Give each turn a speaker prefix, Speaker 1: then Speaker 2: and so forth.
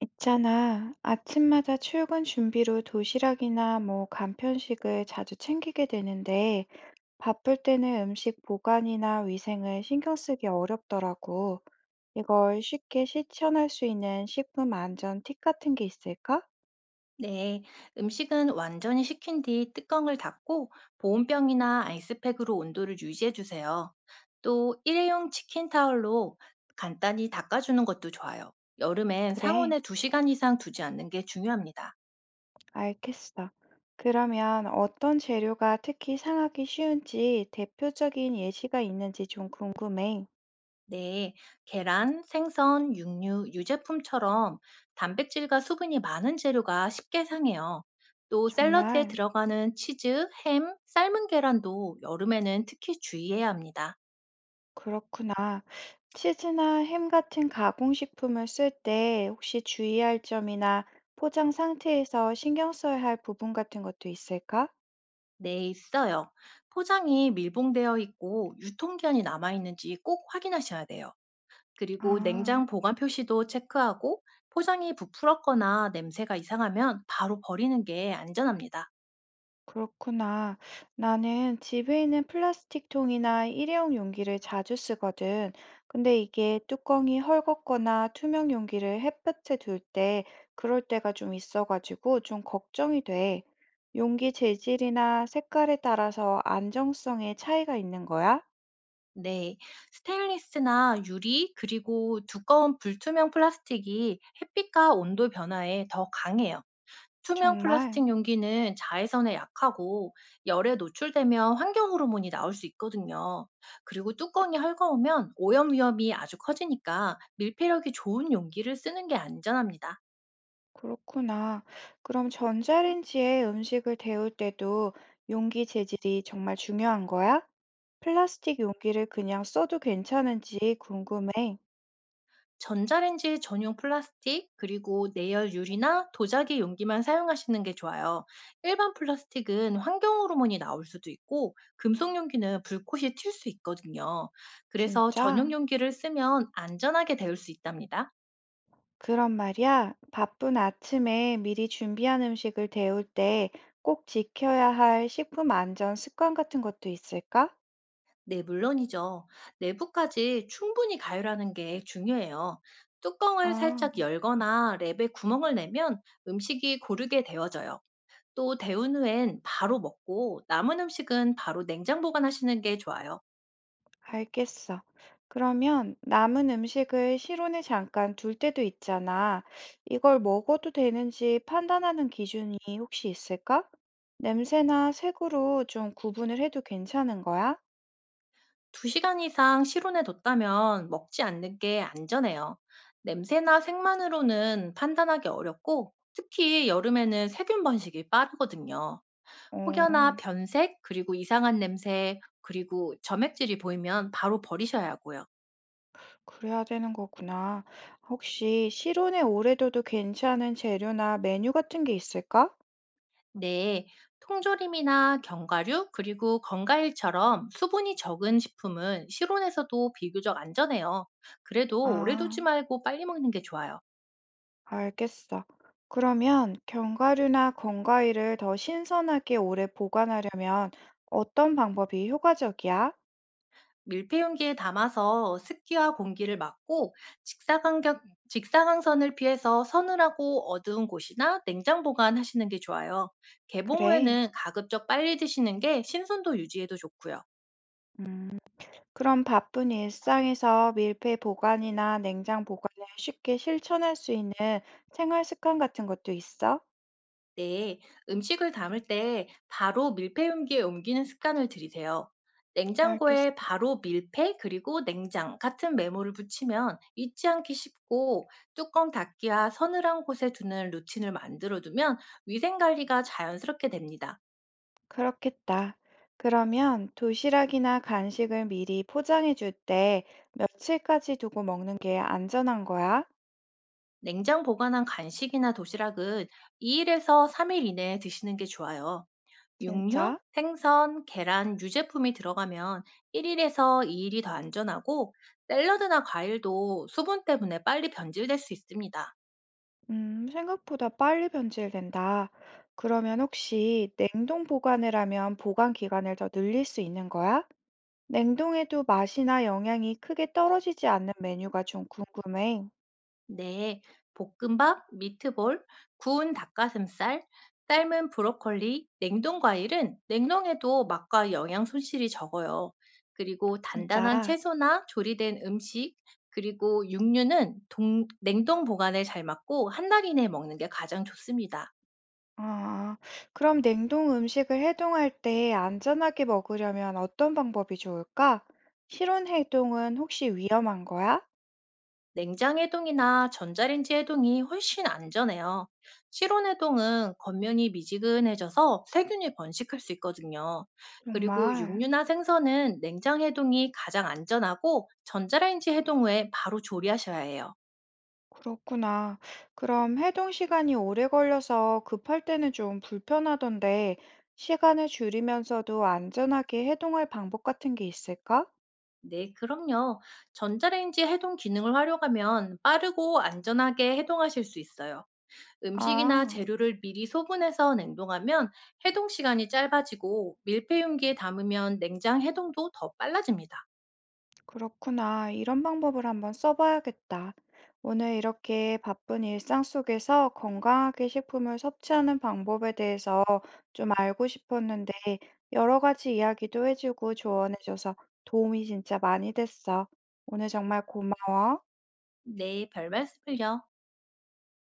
Speaker 1: 있잖아. 아침마다 출근 준비로 도시락이나 뭐 간편식을 자주 챙기게 되는데, 바쁠 때는 음식 보관이나 위생을 신경 쓰기 어렵더라고. 이걸 쉽게 실천할 수 있는 식품 안전 팁 같은 게 있을까?
Speaker 2: 네, 음식은 완전히 식힌 뒤 뚜껑을 닫고 보온병이나 아이스팩으로 온도를 유지해 주세요. 또 일회용 치킨 타월로 간단히 닦아주는 것도 좋아요. 여름엔
Speaker 1: 그래.
Speaker 2: 상온에 2시간 이상 두지 않는 게 중요합니다.
Speaker 1: 알겠어. 그러면 어떤 재료가 특히 상하기 쉬운지 대표적인 예시가 있는지 좀 궁금해.
Speaker 2: 네, 계란, 생선, 육류, 유제품처럼 단백질과 수분이 많은 재료가 쉽게 상해요. 또 샐러드에
Speaker 1: 정말
Speaker 2: 들어가는 치즈, 햄, 삶은 계란도 여름에는 특히 주의해야 합니다.
Speaker 1: 그렇구나. 치즈나 햄 같은 가공식품을 쓸 때 혹시 주의할 점이나 포장 상태에서 신경 써야 할 부분 같은 것도 있을까?
Speaker 2: 네, 있어요. 포장이 밀봉되어 있고 유통기한이 남아있는지 꼭 확인하셔야 돼요. 그리고
Speaker 1: 아.
Speaker 2: 냉장 보관 표시도 체크하고 포장이 부풀었거나 냄새가 이상하면 바로 버리는 게 안전합니다.
Speaker 1: 그렇구나. 나는 집에 있는 플라스틱 통이나 일회용 용기를 자주 쓰거든. 근데 이게 뚜껑이 헐겁거나 투명 용기를 햇볕에 둘 때, 그럴 때가 좀 있어가지고 좀 걱정이 돼. 용기 재질이나 색깔에 따라서 안정성에 차이가 있는 거야?
Speaker 2: 네, 스테인리스나 유리 그리고 두꺼운 불투명 플라스틱이 햇빛과 온도 변화에 더 강해요. 투명
Speaker 1: 정말?
Speaker 2: 플라스틱 용기는 자외선에 약하고 열에 노출되면 환경 호르몬이 나올 수 있거든요. 그리고 뚜껑이 헐거우면 오염 위험이 아주 커지니까 밀폐력이 좋은 용기를 쓰는 게 안전합니다.
Speaker 1: 그렇구나. 그럼 전자레인지에 음식을 데울 때도 용기 재질이 정말 중요한 거야? 플라스틱 용기를 그냥 써도 괜찮은지 궁금해.
Speaker 2: 전자레인지 전용 플라스틱 그리고 내열 유리나 도자기 용기만 사용하시는 게 좋아요. 일반 플라스틱은 환경 호르몬이 나올 수도 있고 금속 용기는 불꽃이 튈 수 있거든요. 그래서 전용
Speaker 1: 진짜?
Speaker 2: 용기를 쓰면 안전하게 데울 수 있답니다.
Speaker 1: 그럼 말이야, 바쁜 아침에 미리 준비한 음식을 데울 때 꼭 지켜야 할 식품 안전 습관 같은 것도 있을까?
Speaker 2: 네, 물론이죠. 내부까지 충분히 가열하는 게 중요해요. 뚜껑을
Speaker 1: 아.
Speaker 2: 살짝 열거나 랩에 구멍을 내면 음식이 고르게 데워져요. 또 데운 후엔 바로 먹고 남은 음식은 바로 냉장 보관하시는 게 좋아요.
Speaker 1: 알겠어. 그러면 남은 음식을 실온에 잠깐 둘 때도 있잖아. 이걸 먹어도 되는지 판단하는 기준이 혹시 있을까? 냄새나 색으로 좀 구분을 해도 괜찮은 거야?
Speaker 2: 2시간 이상 실온에 뒀다면 먹지 않는 게 안전해요. 냄새나 색만으로는 판단하기 어렵고 특히 여름에는 세균 번식이 빠르거든요.
Speaker 1: 어,
Speaker 2: 혹여나 변색, 그리고 이상한 냄새, 그리고 점액질이 보이면 바로 버리셔야 하고요.
Speaker 1: 그래야 되는 거구나. 혹시 실온에 오래 둬도 괜찮은 재료나 메뉴 같은 게 있을까?
Speaker 2: 네, 통조림이나 견과류, 그리고 건과일처럼 수분이 적은 식품은 실온에서도 비교적 안전해요. 그래도 오래
Speaker 1: 아.
Speaker 2: 두지 말고 빨리 먹는 게 좋아요.
Speaker 1: 알겠어. 그러면 견과류나 건과일을 더 신선하게 오래 보관하려면 어떤 방법이 효과적이야?
Speaker 2: 밀폐용기에 담아서 습기와 공기를 막고 직사광경, 직사광선을 피해서 서늘하고 어두운 곳이나 냉장 보관하시는 게 좋아요. 개봉
Speaker 1: 그래.
Speaker 2: 후에는 가급적 빨리 드시는 게 신선도 유지에도 좋고요.
Speaker 1: 그럼 바쁜 일상에서 밀폐 보관이나 냉장 보관을 쉽게 실천할 수 있는 생활 습관 같은 것도 있어?
Speaker 2: 네, 음식을 담을 때 바로 밀폐 용기에 옮기는 습관을 들이세요.
Speaker 1: 알겠어.
Speaker 2: 냉장고에 바로 밀폐 그리고 냉장 같은 메모를 붙이면 잊지 않기 쉽고 뚜껑 닫기와 서늘한 곳에 두는 루틴을 만들어 두면 위생 관리가 자연스럽게 됩니다.
Speaker 1: 그렇겠다. 그러면 도시락이나 간식을 미리 포장해 줄 때 며칠까지 두고 먹는 게 안전한 거야?
Speaker 2: 냉장 보관한 간식이나 도시락은 2일에서 3일 이내에 드시는 게 좋아요. 육류,
Speaker 1: 진짜?
Speaker 2: 생선, 계란, 유제품이 들어가면 1일에서 2일이 더 안전하고 샐러드나 과일도 수분 때문에 빨리 변질될 수 있습니다.
Speaker 1: 생각보다 빨리 변질된다. 그러면 혹시 냉동 보관을 하면 보관 기간을 더 늘릴 수 있는 거야? 냉동에도 맛이나 영양이 크게 떨어지지 않는 메뉴가 좀 궁금해.
Speaker 2: 네, 볶음밥, 미트볼, 구운 닭가슴살, 삶은 브로콜리, 냉동 과일은 냉동해도 맛과 영양 손실이 적어요. 그리고
Speaker 1: 진짜.
Speaker 2: 단단한 채소나 조리된 음식, 그리고 육류는 냉동 보관에 잘 맞고 한 달 이내에 먹는 게 가장 좋습니다.
Speaker 1: 아, 그럼 냉동 음식을 해동할 때 안전하게 먹으려면 어떤 방법이 좋을까? 실온 해동은 혹시 위험한 거야?
Speaker 2: 냉장 해동이나 전자레인지 해동이 훨씬 안전해요. 실온 해동은 겉면이 미지근해져서 세균이 번식할 수 있거든요. 그리고
Speaker 1: 정말.
Speaker 2: 육류나 생선은 냉장 해동이 가장 안전하고 전자레인지 해동 후에 바로 조리하셔야 해요.
Speaker 1: 그렇구나. 그럼 해동 시간이 오래 걸려서 급할 때는 좀 불편하던데, 시간을 줄이면서도 안전하게 해동할 방법 같은 게 있을까?
Speaker 2: 네, 그럼요. 전자레인지 해동 기능을 활용하면 빠르고 안전하게 해동하실 수 있어요. 음식이나
Speaker 1: 아,
Speaker 2: 재료를 미리 소분해서 냉동하면 해동 시간이 짧아지고 밀폐 용기에 담으면 냉장 해동도 더 빨라집니다.
Speaker 1: 그렇구나. 이런 방법을 한번 써봐야겠다. 오늘 이렇게 바쁜 일상 속에서 건강하게 식품을 섭취하는 방법에 대해서 좀 알고 싶었는데, 여러 가지 이야기도 해주고 조언해줘서 도움이 진짜 많이 됐어. 오늘 정말 고마워.
Speaker 2: 네, 별 말씀을요.